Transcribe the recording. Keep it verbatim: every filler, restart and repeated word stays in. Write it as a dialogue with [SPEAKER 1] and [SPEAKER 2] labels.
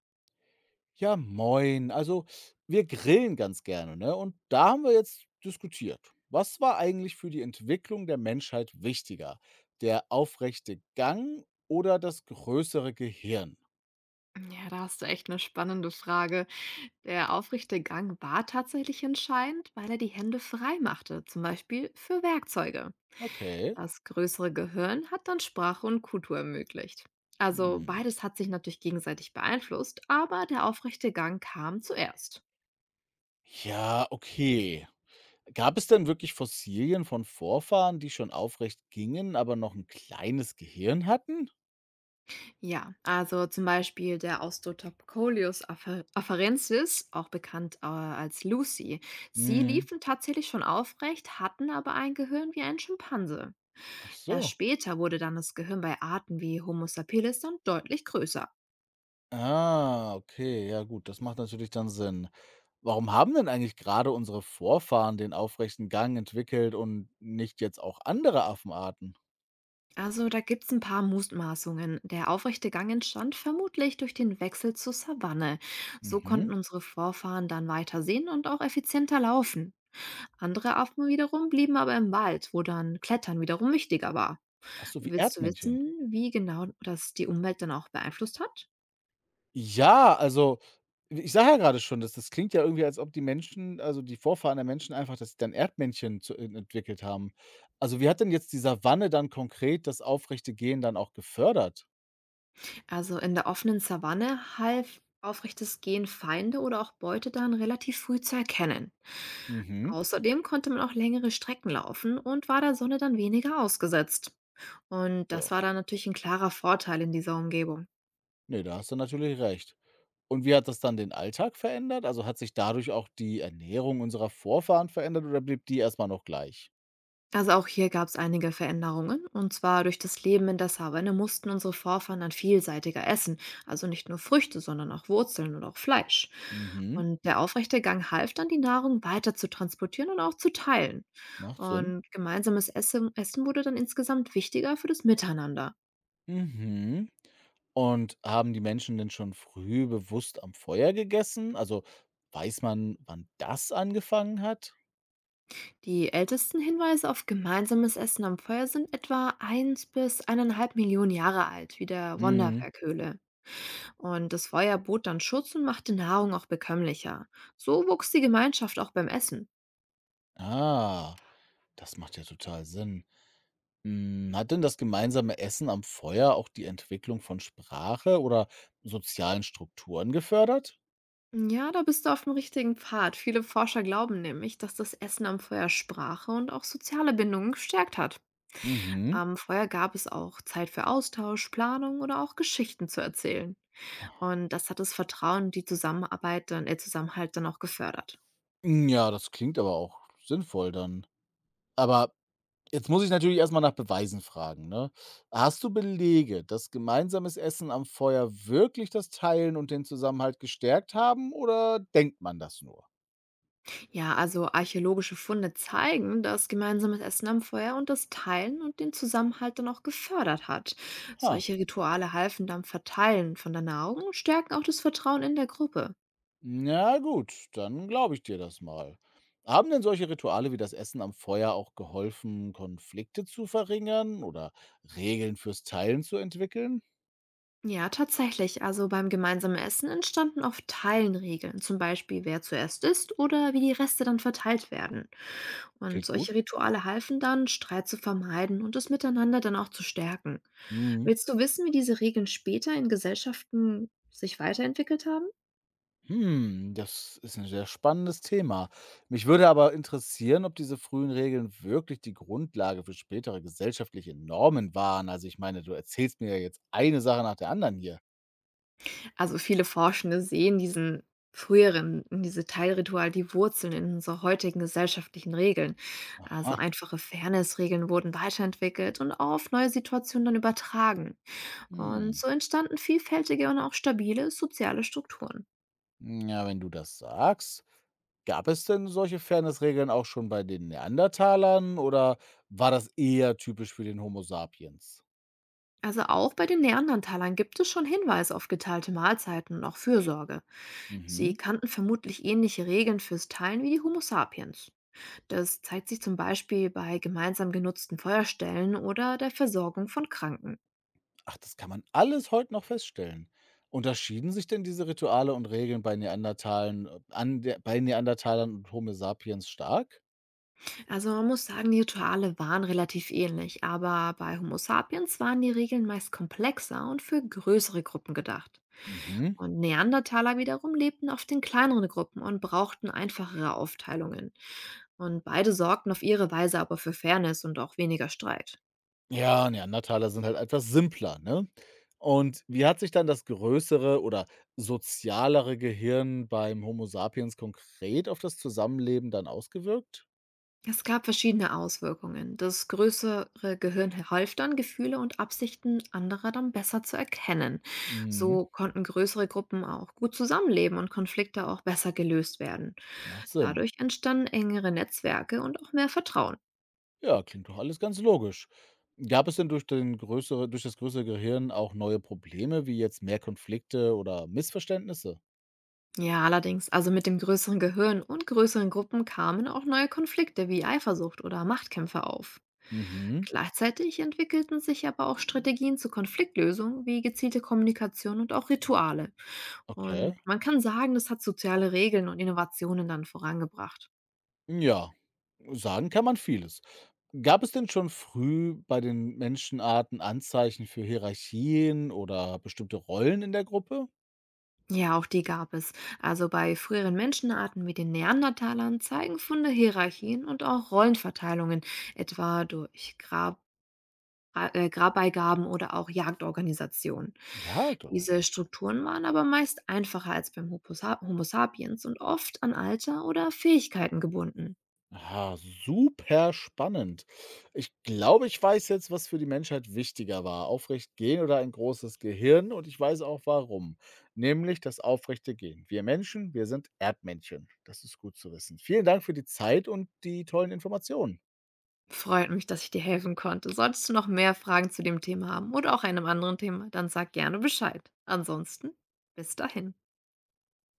[SPEAKER 1] Ja, moin. Also, wir grillen ganz gerne, ne? Und da haben wir jetzt diskutiert. Was war eigentlich für die Entwicklung der Menschheit wichtiger? Der aufrechte Gang oder das größere Gehirn?
[SPEAKER 2] Ja, da hast du echt eine spannende Frage. Der aufrechte Gang war tatsächlich entscheidend, weil er die Hände frei machte, zum Beispiel für Werkzeuge.
[SPEAKER 1] Okay.
[SPEAKER 2] Das größere Gehirn hat dann Sprache und Kultur ermöglicht. Also
[SPEAKER 1] Hm.
[SPEAKER 2] beides hat sich natürlich gegenseitig beeinflusst, aber der aufrechte Gang kam zuerst.
[SPEAKER 1] Ja, okay. Gab es denn wirklich Fossilien von Vorfahren, die schon aufrecht gingen, aber noch ein kleines Gehirn hatten?
[SPEAKER 2] Ja, also zum Beispiel der Australopithecus afa- afarensis, auch bekannt äh, als Lucy. Sie
[SPEAKER 1] Hm.
[SPEAKER 2] liefen tatsächlich schon aufrecht, hatten aber ein Gehirn wie ein Schimpanse.
[SPEAKER 1] Ach
[SPEAKER 2] Erst
[SPEAKER 1] so.
[SPEAKER 2] später wurde dann das Gehirn bei Arten wie Homo sapiens dann deutlich größer.
[SPEAKER 1] Ah, okay, ja gut, das macht natürlich dann Sinn. Warum haben denn eigentlich gerade unsere Vorfahren den aufrechten Gang entwickelt und nicht jetzt auch andere Affenarten?
[SPEAKER 2] Also da gibt's ein paar Mutmaßungen. Der aufrechte Gang entstand vermutlich durch den Wechsel zur Savanne. So
[SPEAKER 1] Mhm.
[SPEAKER 2] konnten unsere Vorfahren dann weiter sehen und auch effizienter laufen. Andere Affen wiederum blieben aber im Wald, wo dann Klettern wiederum wichtiger war.
[SPEAKER 1] Ach so, wie
[SPEAKER 2] Willst du
[SPEAKER 1] Erdmännchen.
[SPEAKER 2] wissen, wie genau das die Umwelt dann auch beeinflusst hat?
[SPEAKER 1] Ja, also ich sage ja gerade schon, dass das klingt ja irgendwie, als ob die Menschen, also die Vorfahren der Menschen, einfach das dann Erdmännchen zu en entwickelt haben. Also, wie hat denn jetzt die Savanne dann konkret das aufrechte Gehen dann auch gefördert?
[SPEAKER 2] Also in der offenen Savanne half aufrechtes Gehen Feinde oder auch Beute dann relativ früh zu erkennen.
[SPEAKER 1] Mhm.
[SPEAKER 2] Außerdem konnte man auch längere Strecken laufen und war der Sonne dann weniger ausgesetzt. Und das
[SPEAKER 1] Ja,
[SPEAKER 2] war dann natürlich ein klarer Vorteil in dieser Umgebung.
[SPEAKER 1] ne, da hast du natürlich recht. Und wie hat das dann den Alltag verändert? Also, hat sich dadurch auch die Ernährung unserer Vorfahren verändert oder blieb die erst mal noch gleich?
[SPEAKER 2] Also auch hier gab es einige Veränderungen. Und zwar durch das Leben in der Savanne mussten unsere Vorfahren dann vielseitiger essen. Also nicht nur Früchte, sondern auch Wurzeln und auch Fleisch.
[SPEAKER 1] Mhm,
[SPEAKER 2] Und der aufrechte Gang half dann, die Nahrung weiter zu transportieren und auch zu teilen.
[SPEAKER 1] macht Sinn.
[SPEAKER 2] Und gemeinsames Essen, Essen wurde dann insgesamt wichtiger für das Miteinander.
[SPEAKER 1] Mhm. Und haben die Menschen denn schon früh bewusst am Feuer gegessen? Also, weiß man, wann das angefangen hat?
[SPEAKER 2] Die ältesten Hinweise auf gemeinsames Essen am Feuer sind etwa eins bis eineinhalb Millionen Jahre alt, wie der
[SPEAKER 1] Mhm.
[SPEAKER 2] Wonderwerkhöhle. Und das Feuer bot dann Schutz und machte Nahrung auch bekömmlicher. So wuchs die Gemeinschaft auch beim Essen.
[SPEAKER 1] Ah, das macht ja total Sinn. Hm, hat denn das gemeinsame Essen am Feuer auch die Entwicklung von Sprache oder sozialen Strukturen gefördert?
[SPEAKER 2] Ja, da bist du auf dem richtigen Pfad. Viele Forscher glauben nämlich, dass das Essen am Feuer Sprache und auch soziale Bindungen gestärkt hat.
[SPEAKER 1] Mhm.
[SPEAKER 2] Am Feuer gab es auch Zeit für Austausch, Planung oder auch Geschichten zu erzählen. Und das hat das Vertrauen und die Zusammenarbeit dann, äh, Zusammenhalt dann auch gefördert.
[SPEAKER 1] Hm, ja, das klingt aber auch sinnvoll dann. Aber jetzt muss ich natürlich erst mal nach Beweisen fragen, ne? Hast du Belege, dass gemeinsames Essen am Feuer wirklich das Teilen und den Zusammenhalt gestärkt haben oder denkt man das nur?
[SPEAKER 2] Ja, also archäologische Funde zeigen, dass gemeinsames Essen am Feuer und das Teilen und den Zusammenhalt dann auch gefördert hat.
[SPEAKER 1] Ha,
[SPEAKER 2] Solche Rituale halfen beim Verteilen von der Nahrung und stärken auch das Vertrauen in der Gruppe.
[SPEAKER 1] na gut, dann glaube ich dir das mal. Haben denn solche Rituale wie das Essen am Feuer auch geholfen, Konflikte zu verringern oder Regeln fürs Teilen zu entwickeln?
[SPEAKER 2] Ja, tatsächlich. Also beim gemeinsamen Essen entstanden oft Teilenregeln, zum Beispiel wer zuerst isst oder wie die Reste dann verteilt werden. Und
[SPEAKER 1] Klingt gut.
[SPEAKER 2] solche Rituale halfen dann, Streit zu vermeiden und das Miteinander dann auch zu stärken.
[SPEAKER 1] Mhm.
[SPEAKER 2] Willst du wissen, wie diese Regeln später in Gesellschaften sich weiterentwickelt haben?
[SPEAKER 1] Hm, das ist ein sehr spannendes Thema. Mich würde aber interessieren, ob diese frühen Regeln wirklich die Grundlage für spätere gesellschaftliche Normen waren. Also, ich meine, du erzählst mir ja jetzt eine Sache nach der anderen hier.
[SPEAKER 2] Also viele Forschende sehen diesen früheren, diese Teilritual, die Wurzeln in unserer heutigen gesellschaftlichen Regeln. Also
[SPEAKER 1] Aha,
[SPEAKER 2] einfache Fairness-Regeln wurden weiterentwickelt und auf neue Situationen dann übertragen. Und
[SPEAKER 1] hm.
[SPEAKER 2] so entstanden vielfältige und auch stabile soziale Strukturen.
[SPEAKER 1] Hm, ja, wenn du das sagst, gab es denn solche Fairnessregeln auch schon bei den Neandertalern oder war das eher typisch für den Homo sapiens?
[SPEAKER 2] Also auch bei den Neandertalern gibt es schon Hinweise auf geteilte Mahlzeiten und auch Fürsorge. Sie
[SPEAKER 1] Mhm.
[SPEAKER 2] kannten vermutlich ähnliche Regeln fürs Teilen wie die Homo sapiens. Das zeigt sich zum Beispiel bei gemeinsam genutzten Feuerstellen oder der Versorgung von Kranken.
[SPEAKER 1] Ach, das kann man alles heute noch feststellen. Unterschieden sich denn diese Rituale und Regeln bei Neandertalen äh, an der bei Neandertalern und Homo sapiens stark?
[SPEAKER 2] Also man muss sagen, die Rituale waren relativ ähnlich, aber bei Homo sapiens waren die Regeln meist komplexer und für größere Gruppen gedacht.
[SPEAKER 1] Mhm.
[SPEAKER 2] Und Neandertaler wiederum lebten oft in kleineren Gruppen und brauchten einfachere Aufteilungen. Und beide sorgten auf ihre Weise aber für Fairness und auch weniger Streit.
[SPEAKER 1] Ja, Neandertaler sind halt etwas simpler, ne? Und wie hat sich dann das größere oder sozialere Gehirn beim Homo sapiens konkret auf das Zusammenleben dann ausgewirkt?
[SPEAKER 2] Es gab verschiedene Auswirkungen. Das größere Gehirn half dann, Gefühle und Absichten anderer dann besser zu erkennen.
[SPEAKER 1] Mhm,
[SPEAKER 2] So konnten größere Gruppen auch gut zusammenleben und Konflikte auch besser gelöst werden.
[SPEAKER 1] macht Sinn.
[SPEAKER 2] Dadurch entstanden engere Netzwerke und auch mehr Vertrauen.
[SPEAKER 1] Ja, klingt doch alles ganz logisch. Gab es denn durch den größere durch das größere Gehirn auch neue Probleme, wie jetzt mehr Konflikte oder Missverständnisse?
[SPEAKER 2] Ja, allerdings, also mit dem größeren Gehirn und größeren Gruppen kamen auch neue Konflikte wie Eifersucht oder Machtkämpfe auf.
[SPEAKER 1] Mhm,
[SPEAKER 2] Gleichzeitig entwickelten sich aber auch Strategien zur Konfliktlösung wie gezielte Kommunikation und auch Rituale. Und
[SPEAKER 1] okay.
[SPEAKER 2] man kann sagen, das hat soziale Regeln und Innovationen dann vorangebracht.
[SPEAKER 1] Ja, sagen kann man vieles. Gab es denn schon früh bei den Menschenarten Anzeichen für Hierarchien oder bestimmte Rollen in der Gruppe?
[SPEAKER 2] Ja, auch die gab es. Also bei früheren Menschenarten wie den Neandertalern zeigen Funde Hierarchien und auch Rollenverteilungen, etwa durch Grab Ra äh, Grabbeigaben oder auch Jagdorganisationen.
[SPEAKER 1] Ja, doch.
[SPEAKER 2] Diese Strukturen waren aber meist einfacher als beim Hopo sa Homo sapiens und oft an Alter oder Fähigkeiten gebunden.
[SPEAKER 1] Ah, super spannend. Ich glaube, ich weiß jetzt, was für die Menschheit wichtiger war: aufrecht gehen oder ein großes Gehirn, und ich weiß auch warum, nämlich das aufrechte Gehen. Wir Menschen, wir sind Erdmännchen. Das ist gut zu wissen. Vielen Dank für die Zeit und die tollen Informationen.
[SPEAKER 2] Freut mich, dass ich dir helfen konnte. Solltest du noch mehr Fragen zu dem Thema haben oder auch einem anderen Thema, dann sag gerne Bescheid. Ansonsten bis dahin.